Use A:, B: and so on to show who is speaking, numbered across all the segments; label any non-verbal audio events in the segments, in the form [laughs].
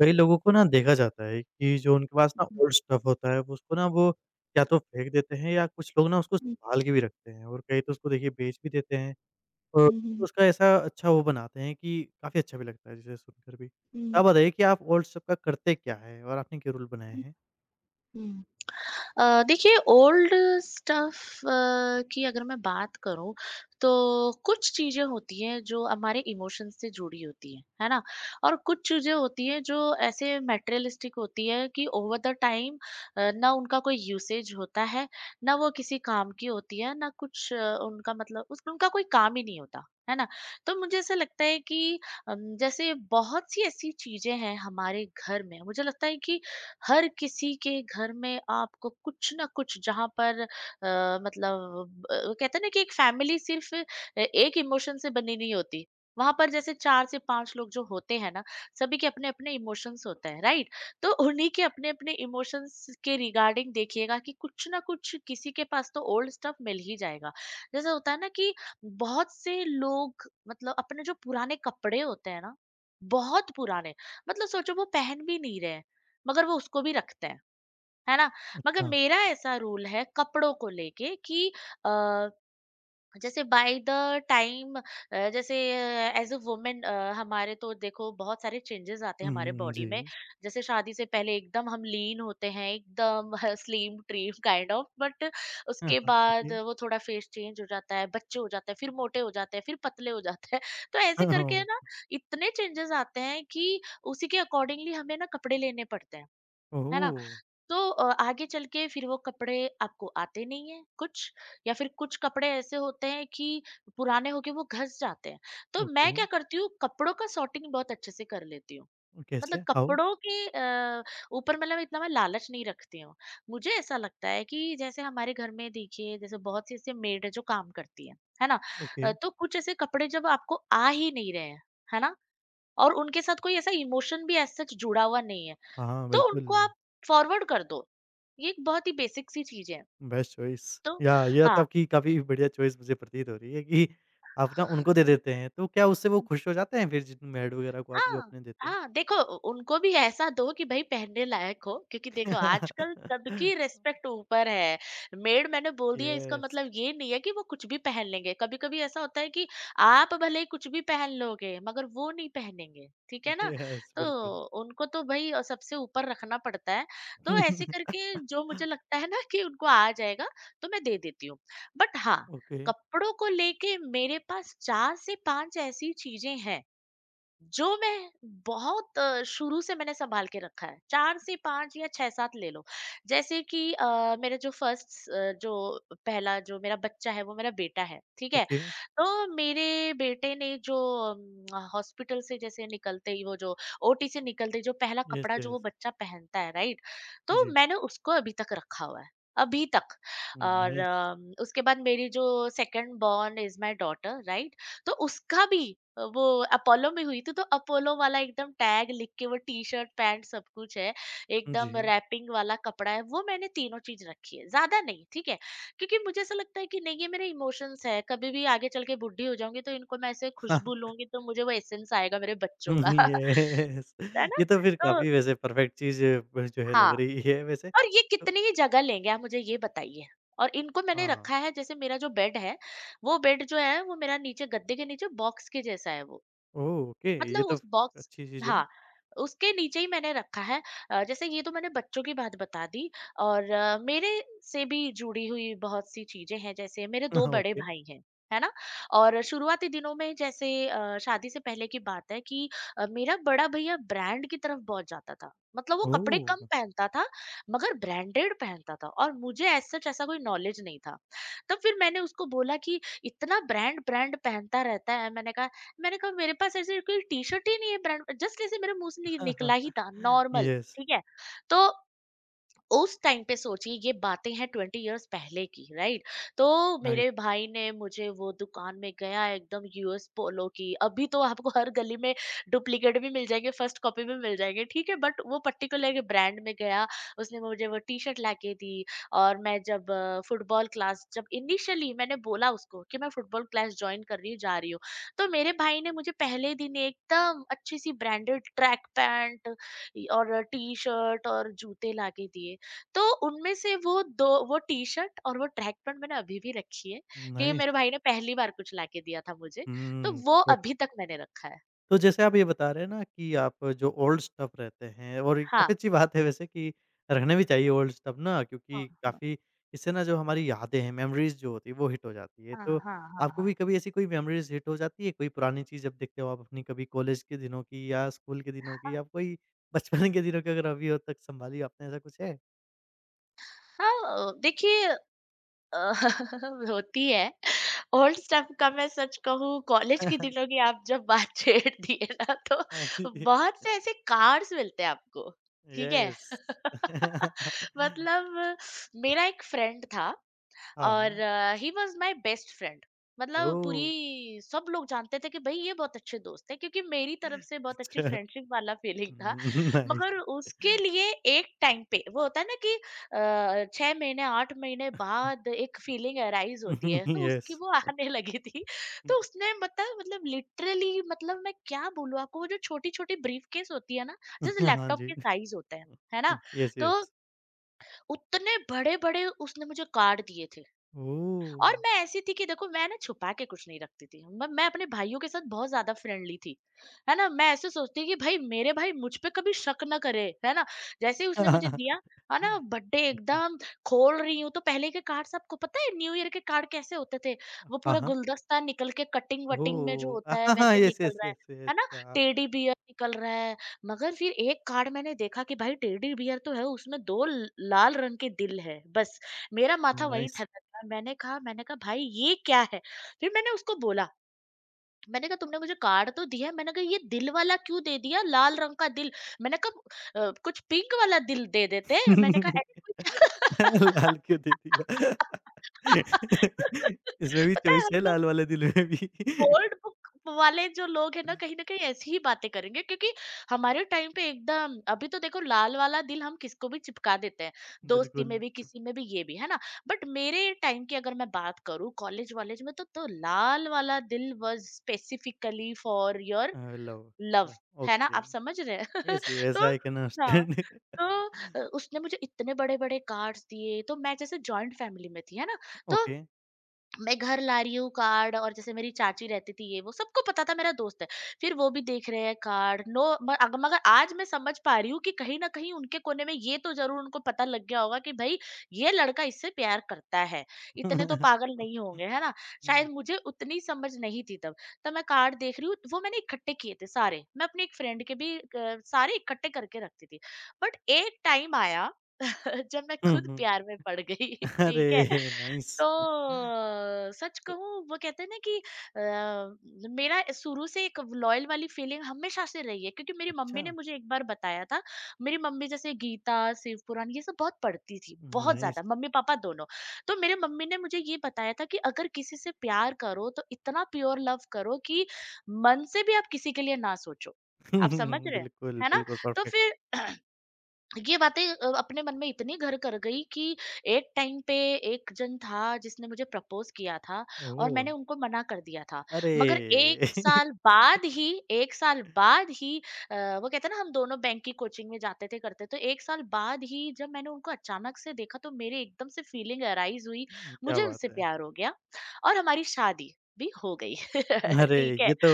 A: कई लोगों को ना देखा जाता है कि जो उनके पास ना
B: 嗯
A: ओल्ड स्टफ होता है, वो उसको ना वो या तो फेंक देते हैं या कुछ लोग ना उसको
B: 嗯
A: सँभाल के भी रखते हैं और कई तो उसको देखिए बेच भी देते हैं और तो
B: 嗯
A: उसका ऐसा अच्छा वो बनाते हैं कि काफ़ी अच्छा भी लगता है जिसे सुनकर भी।
B: 嗯
A: आप बताइए कि आप ओल्ड स्टफ का करते क्या हैं और आपने क्या रूल बनाए
B: 嗯
A: हैं?
B: 嗯。देखिए ओल्ड स्टफ की अगर मैं बात करूं तो कुछ चीजें होती हैं जो हमारे इमोशन से जुड़ी होती हैं, है ना। और कुछ चीजें होती हैं जो ऐसे मटेरियलिस्टिक होती है कि ओवर द टाइम ना उनका कोई यूसेज होता है, ना वो किसी काम की होती है, ना कुछ। उनका मतलब उस उनका कोई काम ही नहीं होता, है ना। तो मुझे ऐसा लगता है कि जैसे बहुत सी ऐसी चीजें हैं हमारे घर में, मुझे लगता है कि हर किसी के घर में आपको कुछ ना कुछ जहाँ पर मतलब कहते हैं ना कि एक फैमिली सिर्फ एक इमोशन से बनी नहीं होती। वहां पर जैसे चार से पांच लोग जो होते हैं ना, सभी के अपने अपने इमोशंस होते हैं, राइट। तो उन्हीं के अपने अपने इमोशंस के रिगार्डिंग देखिएगा कि कुछ ना कुछ किसी के पास तो ओल्ड स्टफ मिल ही जाएगा। जैसे होता है ना कि बहुत से लोग मतलब अपने जो पुराने कपड़े होते हैं ना, बहुत पुराने, मतलब सोचो वो पहन भी नहीं रहे, मगर वो उसको भी रखते हैं, है ना? मगर
A: अच्छा।
B: मेरा ऐसा रूल है कपड़ों को लेके कि अ, जैसे बाय द टाइम, जैसे एज़ अ वुमन, हमारे तो देखो बहुत सारे चेंजेस आते हैं
A: हुँ,
B: हमारे
A: हुँ, हुँ,
B: बॉडी में।
A: जी।
B: जैसे शादी से पहले एकदम हम लीन होते हैं, एकदम [laughs] slim trim kind of, but
A: हाँ,
B: उसके
A: हाँ,
B: बाद
A: ओके।
B: वो थोड़ा फेस चेंज हो जाता है, बच्चे हो जाते हैं, फिर मोटे हो जाते हैं, फिर पतले हो जाते हैं। [laughs] तो ऐसे
A: हाँ,
B: करके है
A: हाँ,
B: ना, इतने चेंजेस आते हैं कि उसी के अकॉर्डिंगली हमें ना कपड़े लेने पड़ते हैं, है ना?
A: ओह!
B: तो आगे चल के फिर वो कपड़े आपको आते नहीं हैं कुछ, या फिर कुछ कपड़े ऐसे होते हैं कि पुराने होके वो घस जाते हैं। तो
A: ओके,
B: मैं क्या करती हूँ, कपड़ों का सॉर्टिंग बहुत अच्छे से कर लेती हूँ। मतलब
A: कैसे? हाउ?
B: कपड़ों के ऊपर मतलब इतना मैं लालच नहीं रखती हूँ। मुझे ऐसा लगता है कि जैसे हमारे घर में देखिए जैसे बहुत सी ऐसी मेड है जो काम करती है ना?
A: ओके।
B: तो कुछ ऐसे कपड़े जब आपको आ ही नहीं रहे हैं, है ना? और उनके साथ कोई ऐसा इमोशन भी एज़ सच जुड़ा हुआ नहीं है।
A: हाँ,
B: तो
A: बिल्कुल।
B: उनको आप फॉरवर्ड कर दो। ये एक बहुत ही बेसिक सी चीज़ है।
A: Best choice.
B: तो
A: या यह तो
B: हाँ।
A: आपकी काफ़ी बढ़िया चॉइस मुझे प्रतीत हो रही है कि आप ना उनको दे देते हैं, तो क्या उससे वो खुश हो जाते हैं फिर जिन मेड वगैरह को आप जो
B: हाँ,
A: अपने देते हैं?
B: हाँ, देखो उ उनको भी ऐसा दो कि भई पहनने लायक हो, क्योंकि देखो आजकल सबकी
A: [laughs]
B: रिस्पेक्ट ऊपर है। मेड मैंने बोल दिया इसका
A: यस,
B: मतलब ये नहीं है कि वो कुछ भी पहन लेंगे। कभी-कभी ऐसा होता है कि आप भले ही कुछ भी पहन लोगे मगर वो नहीं पहनेंगे, ठीक है ना?
A: यस, बिल्कुल।
B: तो उनको तो भई सबसे ऊपर रखना पड़ता है। तो ऐसे
A: [laughs]
B: करके जो मुझे लगता है ना कि उनको आ जाएगा, तो मैं दे देती हूँ। बट हाँ,
A: ओके,
B: कपड़ों को लेके मेरे पास 4 से 5 ऐसी चीज़ें हैं जो मैं बहुत शुरू से मैंने सँभाल के रखा है, 4 से 5 या 6-7 ले लो। जैसे कि मेरा जो फर्स्ट, जो पहला जो मेरा बच्चा है, वो मेरा बेटा है, ठीक है?
A: ओके।
B: तो मेरे बेटे ने जो हॉस्पिटल से जैसे निकलते ही वो जो ओटी से निकलते ही जो पहला
A: यस,
B: कपड़ा जो वो
A: यस।
B: बच्चा पहनता है, राइट? तो
A: जी।
B: मैंने उसको अभी तक रखा हुआ है, अभी तक।
A: हुँ,
B: और
A: नाइस।
B: उसके बाद मेरी जो second born is my daughter, right? तो उसका भी वो अपोलो में हुई थी, तो अपोलो वाला एकदम टैग लिख के वो टी शर्ट पैंट सब कुछ है, एकदम
A: जी।
B: रैपिंग वाला कपड़ा है वो, मैंने तीनों चीज रखी है, ज्यादा नहीं, ठीक है। क्योंकि मुझे ऐसा लगता है कि नहीं ये मेरे इमोशंस है, कभी भी आगे चल के बुढ़ी हो जाऊंगी तो इनको मैं ऐसे खुशबू
A: [laughs]
B: लूंगी तो मुझे वो एसेंस आएगा मेरे बच्चों का। [laughs]
A: यस।
B: है ना।
A: ये तो फिर
B: तो
A: काफ़ी वैसे परफेक्ट चीज़ ब जो है
B: हाँ।
A: लग रही है वैसे।
B: और ये
A: तो
B: कितनी ही जगह लेंगे, आप मुझे ये बताइए। और इनको मैंने
A: हाँ,
B: रखा है जैसे मेरा जो बेड है, वो बेड जो है वो मेरा नीचे गद्दे के नीचे बॉक्स के जैसा है वो,
A: ओह! ओके, ये
B: मतलब उस
A: तो
B: बॉक्स,
A: अच्छी चीज़ है।
B: हाँ, उसके नीचे ही मैंने रखा है। जैसे ये तो मैंने बच्चों की बात बता दी। और मेरे से भी जुड़ी हुई बहुत सी चीज़ें हैं, जैसे मेरे 2
A: [laughs]
B: बड़े
A: ओके।
B: भाई हैं, है ना? और शुरुआती दिनों में जैसे शादी से पहले की बात है कि मेरा बड़ा भैया ब्रांड की तरफ बहुत जाता था। मतलब वो कपड़े
A: ओह!
B: कम पहनता था, मगर ब्रांडेड पहनता था, और मुझे एज़ सच ऐसा कोई नॉलेज नहीं था। तब फिर मैंने उसको बोला कि, "इतना ब्रांड-ब्रांड पहनता रहता है।" मैंने कहा मेरे पास ऐसे कोई टी-शर्ट ही नहीं है ब्रांड, जस्ट ऐसे मेरे मुँह से नि निकला ही था
A: [laughs]
B: नॉर्मल,
A: यस,
B: ठीक है? तो उस टाइम पे सोचिए ये बातें हैं 20 इयर्स पहले की, राइट। तो
A: राइट,
B: मेरे भाई ने मुझे, वो दुकान में गया एकदम यूएस पोलो की, अभी तो आपको हर गली में डुप्लीकेट भी मिल जाएंगे, फर्स्ट कॉपी भी मिल जाएंगे, ठीक है, बट वो पर्टिकुलर ब्रांड में गया, उसने मुझे वो टी शर्ट ला के दी। और मैं जब फुटबॉल क्लास, जब इनिशियली मैंने बोला उसको कि मैं फुटबॉल क्लास ज्वाइन कर रही हूँ, जा रही हूँ, तो मेरे भाई ने मुझे पहले दिन एकदम अच्छी सी ब्रांडेड ट्रैक पैंट और टी शर्ट और जूते ला के दिए। तो उनमें से वो 2 वो टी-शर्ट और वो ट्रैक पैंट मैंने अभी भी रखी है, क्योंकि
A: नाइस।
B: मेरे भाई ने पहली बार कुछ लाके दिया था मुझे, तो
A: हुँ,
B: वो
A: परफेक्ट।
B: अभी तक मैंने रखा है।
A: तो जैसे आप ये बता रहे हैं ना कि आप जो ओल्ड स्टफ रहते हैं और ये
B: हाँ।
A: काफ़ी अच्छी बात है वैसे कि रहना भी चाहिए ओल्ड स्टफ ना क्योंकि
B: हाँ,
A: काफ़ी इससे ना जो हमारी यादें हैं, मेमोरीज़ जो होती है वो हिट हो जाती है।
B: हाँ, हाँ,
A: तो
B: हाँ, हाँ,
A: आपको
B: हाँ।
A: भी कभी ऐसी कोई मेमोरीज़ हिट हो जाती है, कोई पुरानी चीज़ जब देखते हो आप अपनी कभी कॉलेज के दिनों की या स्कूल के दिनों की या कोई बचपन के दिनों की अगर अभी हो तक सँभाली हो आपने, ऐसा कुछ है?
B: हाँ, हाँ, देखिए अ, [laughs] होती है। ओल्ड स्टफ का मैं सच कहूँ, कॉलेज के दिनों
A: [laughs]
B: की आप जब बात [laughs] छेड़ दिए ना, तो
A: हाँ जी।
B: बहुत से ऐसे कार्ड्स मिलते हैं आपको, ठीक है?
A: यस।
B: [laughs]
A: [laughs]
B: मतलब मेरा एक फ्रेंड था,
A: हाँ,
B: और
A: हाँ।
B: He was my best friend, मतलब
A: ओह!
B: पूरी सब लोग जानते थे कि भाई ये बहुत अच्छे दोस्त है, क्योंकि मेरी तरफ से बहुत अच्छी
A: अच्छा।
B: फ्रेंडशिप वाला फीलिंग था।
A: नाइस।
B: मगर उसके लिए एक टाइम पे वो होता है ना कि 6 महीने 8 महीने बाद एक फीलिंग अराइज होती है, तो
A: येस।
B: उसकी वो [laughs] आने लगी थी। तो
A: [laughs]
B: उसने मतलब लिटरली मतलब मैं क्या बोलूँ आपको, वो जो छोटी छोटी ब्रीफ केस होती है ना, जैसे
A: हाँ
B: लैपटॉप
A: जी।
B: के साइज होते हैं, है ना,
A: येस,
B: तो
A: येस।
B: उतने बड़े बड़े उसने मुझे कार्ड दिए थे।
A: ओह!
B: और मैं ऐसी थी कि देखो मैं ना छुपा के कुछ नहीं रखती थी, मैं अपने भाइयों के साथ बहुत ज्यादा फ्रेंडली थी, है ना। मैं ऐसे सोचती कि भाई मेरे भाई मुझ पे कभी शक ना करे, है ना। जैसे ही उसने मुझे दिया,
A: [laughs]
B: है ना, बर्थडे
A: अच्छा।
B: एकदम खोल रही हूँ, तो पहले के कार्ड्स आपको पता है न्यू ईयर के कार्ड कैसे होते थे, वो
A: हाँ,
B: पूरा
A: हाँ।
B: गुलदस्ता निकल के कटिंग वटिंग में जो
A: ओह!
B: होता है
A: हाँ, हाँ।
B: वैसे
A: येस,
B: निकल
A: येस,
B: रहा है
A: येस, येस।
B: है ना,
A: हाँ,
B: टेडी बियर निकल रहा है, मगर फिर एक कार्ड मैंने देखा कि भाई टेडी बियर तो है उसमें, दो लाल रंग के दिल है, बस। मेरा माथा वहीं
A: नाइस।
B: ठनक गया। मैंने कहा, मैंने कहा भाई ये क्या है? फिर मैंने उसको बोला, मैंने कहा तुमने मुझे कार्ड तो दिया है, मैंने कहा ये दिल वाला क्यों दे दिया, लाल रंग का दिल? मैंने कहा कुछ पिंक वाला दिल दे देते। मैंने कहा
A: [laughs]
B: ऐसे कुछ।
A: लाल क्यों दे
B: [laughs]
A: दिया? [laughs] इसमें भी
B: पता है
A: चॉइस
B: हम
A: है
B: लोग
A: लाल वाले दिल में भी। [laughs]
B: ओल्ड बुक वाले जो लोग हैं ना, कहीं न कहीं ऐसी ही बातें करेंगे, क्योंकि हमारे टाइम पे एकदम, अभी तो देखो लाल वाला दिल हम किसको भी चिपका देते हैं, दोस्ती में
A: बिल्कुल।
B: भी, किसी में भी, ये भी, है ना? बट मेरे टाइम की अगर मैं बात करूँ कॉलेज-वॉलेज में तो लाल वाला दिल was specifically for your
A: love.
B: Love,
A: या
B: है ना?
A: ओके।
B: आप समझ रहे हैं? [laughs]
A: येस, येस
B: तो
A: आई कैन
B: हाँ,
A: अंडरस्टैंड
B: तो उसने मुझे इतने बड़े-बड़े कार्ड्स दिए, तो मैं जैसे जॉइंट फैमिली में थी, है ना? तो
A: ओके।
B: मैं घर ला रही हूँ कार्ड। और जैसे मेरी चाची रहती थी, ये वो सबको पता था मेरा दोस्त है। फिर वो भी देख रहे हैं कार्ड। नो, मगर आज मैं समझ पा रही हूँ कि कहीं ना कहीं उनके कोने में ये तो जरूर उनको पता लग गया होगा कि भाई, ये लड़का इससे प्यार करता है। इतने तो
A: [laughs]
B: पागल नहीं होंगे, है ना? शायद
A: हुँ,
B: मुझे उतनी समझ नहीं थी तब। तब मैं कार्ड देख रही हूँ, वो मैंने इकट्ठे किए थे सारे। मैं अपनी एक फ्रेंड के भी सारे इकट्ठे करके रखती थी। बट एक टाइम आया [laughs] जब मैं
A: हुँ,
B: खुद
A: हुँ।
B: प्यार
A: [laughs]
B: में पड़ गई [laughs] ठीक है।
A: अरे!
B: तो
A: नाइस।
B: सच
A: तो
B: कहूँ, वो कहते हैं ना कि मेरा शुरू से एक लॉयल वाली फीलिंग हमेशा से रही है, क्योंकि मेरी मम्मी
A: अच्छा
B: ने मुझे एक बार बताया था। मेरी मम्मी जैसे गीता, शिव पुराण, ये सब बहुत पढ़ती थी, बहुत ज्यादा।
A: नाइस।
B: मम्मी पापा दोनों। तो मेरे मम्मी ने मुझे ये बताया था कि अगर किसी से प्यार करो तो इतना प्योर लव करो कि मन से भी आप किसी के लिए ना सोचो। आप
A: [laughs]
B: समझ रहे हैं?
A: बिल्कुल,
B: है ना?
A: बिल्कुल
B: तो
A: परफेक्ट।
B: फिर [clears throat] ये बातें अपने मन में इतनी घर कर गई कि एक टाइम पे एक जन था जिसने मुझे प्रपोज किया था। और
A: ओह!
B: मैंने उनको मना कर दिया था।
A: अरे!
B: मगर एक
A: [laughs]
B: साल बाद ही, एक साल बाद ही वो कहते हैं ना, हम दोनों बैंक की कोचिंग में जाते थे करते, तो एक साल बाद ही जब मैंने उनको अचानक से देखा तो मेरे एकदम से फीलिंग अराइज हुई।
A: क्या
B: मुझे उनसे
A: बात है।
B: प्यार हो गया और हमारी शादी भी हो गई [laughs]
A: अरे!
B: ठीक है।
A: ये तो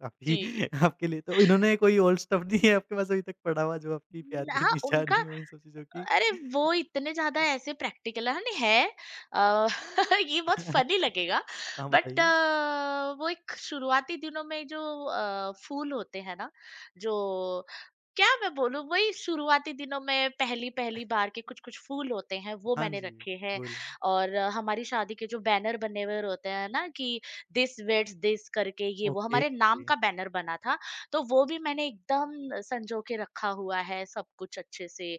A: काफ़ी
B: जी।
A: [laughs] आपके लिए तो इन्होंने कोई ओल्ड स्टफ़ नहीं है आपके पास अभी तक पड़ा हुआ जो आपकी प्यार की
B: हाँ, उनका।
A: निशानी हो इन सब चीज़ों की?
B: अरे, वो इतने ज़्यादा ऐसे प्रैक्टिकल है, अ, [laughs] ये बहुत
A: [laughs]
B: फनी लगेगा।
A: हाँ
B: बट
A: बताइए।
B: वो एक शुरुआती दिनों में जो फूल होते हैं ना, जो क्या मैं बोलूं, वही शुरुआती दिनों में पहली पहली बार के कुछ कुछ फूल होते हैं, वो
A: हाँ
B: मैंने
A: जी,
B: रखे हैं।
A: बोलो।
B: और हमारी शादी के जो बैनर बने हुए होते हैं ना कि दिस वेट्स दिस करके, ये वो
A: ओके।
B: हमारे नाम का बैनर बना था। तो वो भी मैंने एकदम संजो के रखा हुआ है, सब कुछ अच्छे से।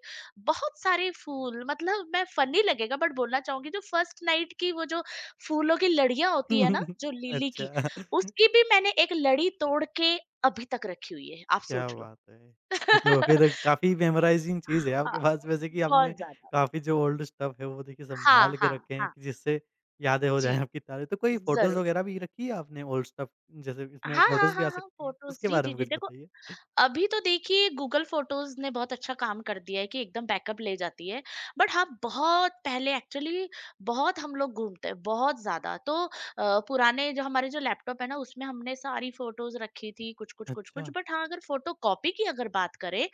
B: बहुत सारे फूल, मतलब मैं फनी लगेगा बट बोलना चाहूंगी, जो फर्स्ट नाइट की वो जो फूलों की लड़ियां होती है ना,
A: [laughs]
B: जो लिली की।
A: अच्छा। [laughs]
B: उसकी भी मैंने एक लड़ी तोड़ के अभी तक रखी हुई है, आप
A: क्या
B: सोच लो।
A: बात है! ये तो फिर
B: [laughs]
A: काफ़ी मेमोराइज़िंग चीज़ है
B: हाँ,
A: आपके पास वैसे कि
B: बहुत
A: आपने
B: ज्यादा।
A: काफ़ी जो ओल्ड स्टफ है वो देखिए
B: हाँ,
A: सँभाल
B: हाँ,
A: के रखे हैं
B: हाँ।
A: कि जिससे यादें हो
B: जी,
A: जाएँ आपकी ताज़ा। तो कोई फ़ोटोज़
B: जरूर।
A: वग़ैरह भी रखी है आपने ओल्ड स्टफ जैसे इसमें
B: हाँ, हाँ,
A: फ़ोटोज़ भी आ
B: हाँ, हाँ,
A: सकती है,
B: फोटोज।
A: उसके
B: जी,
A: बारे
B: जी,
A: में
B: जी।
A: कुछ
B: देखो,
A: बताइए?
B: अभी तो देखिए, गूगल फोटोज़ ने बहुत अच्छा काम कर दिया है कि एकदम बैकअप ले जाती है। बट हाँ, बहुत पहले एक्चुअली, बहुत हम लोग घूमते हैं, बहुत ज़्यादा। तो पुराने जो हमारे जो लैपटॉप है ना, उसमें हमने सारी फोटोज़ रखी थी कुछ-कुछ, कुछ-कुछ।
A: अच्छा।
B: बट हाँ, अगर फोटो कॉपी की अगर बात करें,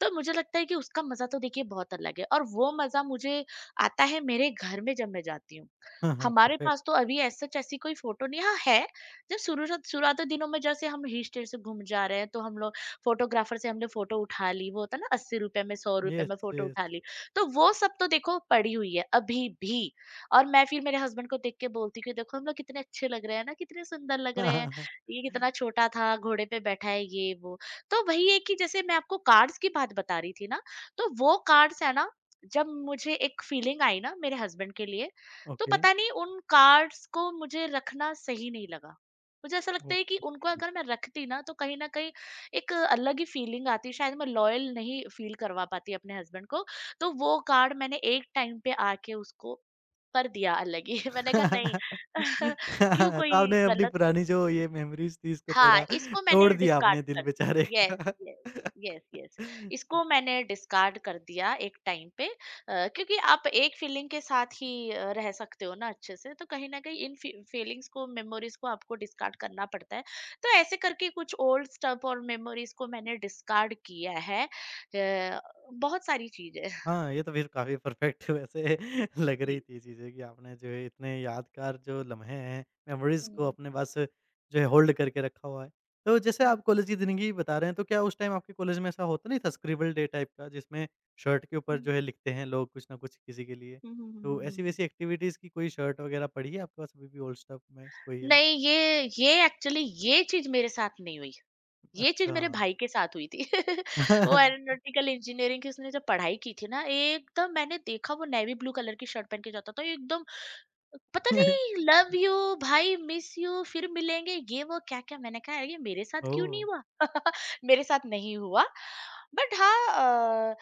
B: तो मुझे लगता है कि उसका मज़ा तो देखिए बहुत अलग है, और वो मज़ा मुझे आता है मेरे घर में जब मैं जाती हूँ।
A: हाँ, हाँ,
B: हमारे
A: परफ़ेक्ट।
B: पास तो अभी एज़ सच ऐसी कोई फोटो नहीं हाँ है। जब शुरू शुरुआती दिनों में जैसे हम हिल स्टेशन से घूम जा रहे हैं, तो हम लोग फोटोग्राफर से हमने फोटो उठा ली, वो होता है ना, 80 रुपए में, 100 रुपए
A: येस,
B: में फोटो
A: येस।
B: उठा ली। तो वो सब तो देखो पड़ी हुई है अभी भी। और मैं फिर मेरे हस्बैंड को देख के बोलती कि देखो हम लोग कितने अच्छे लग रहे हैं ना, कितने सुंदर लग
A: हाँ,
B: रहे
A: हाँ,
B: हैं।
A: हाँ।
B: ये कितना छोटा था, घोड़े पे बैठा है, ये वो। तो वही है कि जैसे मैं आपको कार्ड्स की बात बता रही थी ना, तो वो कार्ड्स है ना, जब मुझे एक फीलिंग आई ना मेरे हस्बैंड के लिए, तो
A: ओके,
B: पता नहीं उन कार्ड्स को मुझे रखना सही नहीं लगा। मुझे ऐसा लगता है कि
A: ओके।
B: उनको अगर मैं रखती ना तो कहीं ना कहीं एक अलग ही फीलिंग आती है, शायद मैं लॉयल नहीं फील करवा पाती अपने हस्बैंड को। तो वो कार्ड मैंने एक टाइम पे आके उसको कर दिया अलग ही। [laughs] मैंने कहा नहीं।
A: [laughs] तो
B: [laughs] क्यों? कोई
A: आपने अपनी
B: गलत।
A: पुरानी जो ये मेमोरीज़ थी इसको
B: हाँ,
A: थोड़ा
B: इसको मैंने
A: तोड़ दिया
B: डिस्कार्ड
A: आपने दिल
B: कर दिया।
A: बेचारे
B: येस,
A: का।
B: Yes, yes,
A: [laughs]
B: yes. इसको मैंने डिस्कार्ड कर दिया एक टाइम पे। क्योंकि आप एक फीलिंग के साथ ही रह सकते हो ना अच्छे से, तो कहीं न कहीं इन फी फीलिंग्स को, मेमोरीज़ को आपको डिस्कार्ड करना पड़ता है। तो ऐसे करके कुछ ओल्ड स्टफ और मेमोरीज़ को मैंने डिस्कार्ड किया है। बहुत सारी चीज़ें। [laughs]
A: हाँ, ये तो फिर काफ़ी परफ़ेक्ट [laughs] वैसे लग रही
B: जी।
A: थी चीज़ें कि आपने जो है इतने यादगार जो लम्हे हैं, मेमोरीज़ को
B: हुँ,
A: अपने पास जो है होल्ड करके रखा हुआ है। तो जैसे
B: हुँ।
A: आप कॉलेज की ज़िंदगी बता रहे हैं, तो क्या उस टाइम आपके कॉलेज में ऐसा होता नहीं था स्क्रिबल डे टाइप का जिसमें शर्ट के ऊपर जो है लिखते हैं लोग कुछ ना कुछ किसी के लिए?
B: हुँ, हुँ, हुँ, हुँ,
A: तो
B: हुँ, हुँ, हुँ।
A: ऐसी-वैसी एक्टिविटीज़ की कोई शर्ट वग़ैरह पड़ी है आपके पास अभी भी ओल्ड स्टफ में कोई है?
B: नहीं, ये एक्चुअली, ये चीज़ मेरे साथ नहीं हुई। ये चीज़
A: अच्छा।
B: मेरे भाई के साथ हुई थी। [laughs] वो एरोनॉटिकल इंजीनियरिंग की उसने जब पढ़ाई की थी ना, एकदम मैंने देखा वो नेवी ब्लू कलर की शर्ट पहन के जाता था, एकदम पता नहीं
A: [laughs]
B: लव यू भाई, मिस यू, फिर मिलेंगे, ये वो क्या क्या। मैंने कहा, "यार, ये मेरे साथ क्यों नहीं
A: ओह!
B: हुआ।" [laughs] मेरे साथ नहीं हुआ। बट हाँ,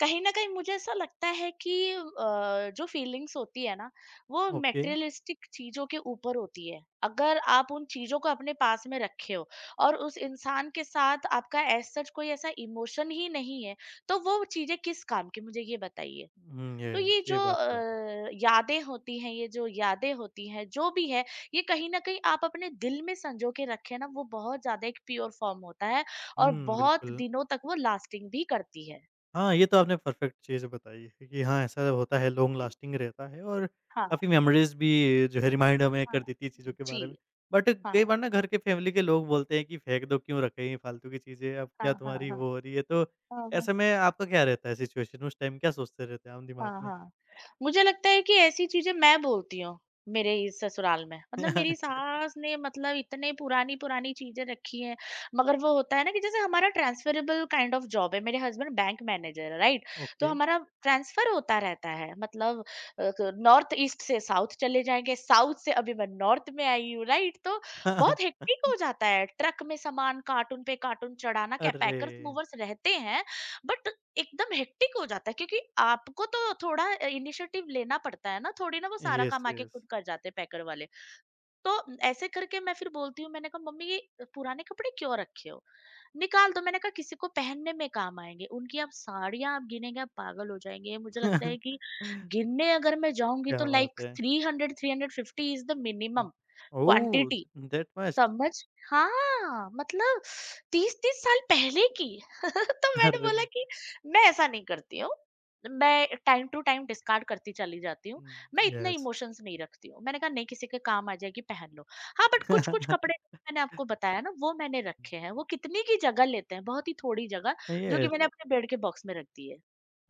B: कहीं ना कहीं मुझे ऐसा लगता है कि जो फीलिंग्स होती है ना, वो
A: ओके।
B: मेटेरियलिस्टिक चीजों के ऊपर होती है, अगर आप उन चीजों को अपने पास में रखे हो। और उस इंसान के साथ आपका एज सच कोई ऐसा इमोशन ही नहीं है, तो वो चीजें किस काम की, मुझे ये बताइए।
A: हुँ,
B: तो ये
A: यस,
B: जो
A: ये बात तो है।
B: यादें होती हैं, ये जो यादें होती हैं, जो भी है, ये कहीं ना कहीं आप अपने दिल में संजो के रखें ना, वो बहुत ज्यादा एक प्योर फॉर्म होता है। और
A: हुँ,
B: बहुत
A: बिल्कुल।
B: दिनों तक वो लास्टिंग भी करती है।
A: हाँ, ये तो आपने परफ़ेक्ट चीज़ बताई है कि हाँ, ऐसा होता है लॉन्ग
B: जी।
A: लास्टिंग रहता है और
B: हाँ।
A: काफ़ी मेमोरीज़ भी जो है रिमाइंड हमें कर
B: हाँ,
A: देती है चीज़ों के
B: जी।
A: बारे में। बट
B: हाँ,
A: कई बार ना घर के फ़ैमिली के लोग बोलते हैं कि फेंक दो क्यों रखें ये फालतू की चीज़ें, अब
B: हाँ,
A: क्या
B: हाँ।
A: तुम्हारी
B: हाँ,
A: वो हो रही है? तो
B: हाँ,
A: ऐसे में आपका क्या रहता है सिचुएशन उस टाइम क्या सोचते रहते हैं आम दिमाग
B: हाँ।
A: में?
B: हाँ, मुझे लगता है कि ऐसी चीज़ें मैं बोलती हूँ, मेरे इस ससुराल में। मतलब मेरी
A: [laughs] अच्छा,
B: सास ने, मतलब, इतने पुरानी-पुरानी चीज़ें रखी हैं। मगर वो होता है ना कि जैसे हमारा ट्रांसफरेबल काइंड ऑफ जॉब है, मेरे हस्बैंड बैंक मैनेजर है, राइट? तो
A: ओके।
B: हमारा ट्रांसफर होता रहता है, मतलब अ, क नॉर्थ ईस्ट से साउथ चले जाएँगे, साउथ से अभी मैं नॉर्थ में आई हूँ, राइट? तो
A: [laughs] हाँ, हाँ।
B: बहुत हेक्टिक हो जाता है, ट्रक में सामान कार्टून पे कार्टून चढ़ाना, क्या
A: अरे!
B: पैकर्स मूवर्स रहते हैं, बट एकदम हेक्टिक हो जाता है, क्योंकि आपको तो थोड़ा इनिशिएटिव लेना पड़ता है ना, थोड़ी ना वो सारा
A: येस,
B: काम आके
A: येस।
B: खुद कर जाते हैं पैकर वाले। तो ऐसे करके मैं फिर बोलती हूँ, मैंने कहा, "मम्मी ये पुराने कपड़े क्यों रखे हो, निकाल दो।" मैंने कहा, "किसी को पहनने में काम आएंगे।" उनकी आप साड़ियां आप गिनेंगे, आप पागल हो जाएंगे, मुझे लगता है
A: [laughs]
B: कि गिनने अगर मैं जाऊंगी तो
A: क्या बात
B: लाइक
A: है।
B: 300-350 इज द
A: हुँ।
B: मिनिमम
A: ओह!
B: Quantity
A: that much?
B: समझ। हाँ, मतलब 30-30 साल पहले की। [laughs] तो मैंने
A: अरे!
B: बोला कि मैं ऐसा नहीं करती हूँ। मैं टाइम टू टाइम डिस्कार्ड करती चली जाती हूँ।
A: हुँ,
B: मैं इतने
A: येस।
B: इमोशंस नहीं रखती हूँ। मैंने कहा, नहीं, किसी के काम आ जाएगी, पहन लो। हाँ, बट कुछ-कुछ
A: [laughs]
B: कपड़े मैंने आपको बताया ना, वो मैंने रखे हैं। वो कितनी की जगह लेते हैं, बहुत ही थोड़ी जगह जो कि
A: यस।
B: मैंने अपने बेड के बॉक्स में रख दी है।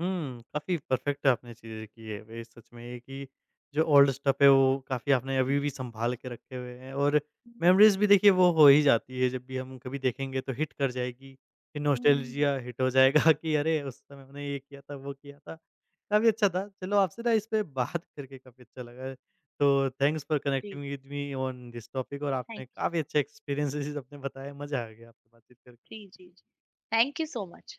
A: हुँ, काफ़ी परफ़ेक्ट आपने चीज़ें की है वही सच में ये कि जो ओल्ड स्टफ़ है वो काफ़ी आपने अभी भी सँभाल के रखे हुए हैं और
B: [laughs] हुँ, हुँ,
A: मेमोरीज़ भी देखिए वो हो ही जाती है जब भी हम कभी देखेंगे तो हिट कर जाएगी, कि
B: हुँ, हुँ, हुँ, हुँ।
A: नॉस्टैल्जिया हिट हो जाएगा [laughs] कि अरे! उस समय हमने ये किया था, वो किया था। काफ़ी अच्छा था। चलो आपसे ना इस पे बात करके काफ़ी अच्छा लगा। तो थैंक्स फॉर
B: जी,
A: connecting with me on this topic और
B: थैंक
A: आपने काफ़ी अच्छे एक्सपीरियंसेज़ अपने बताए, मज़ा आ गया आपसे बातचीत
B: जी,
A: करके।
B: जी, जी। Thank you so much.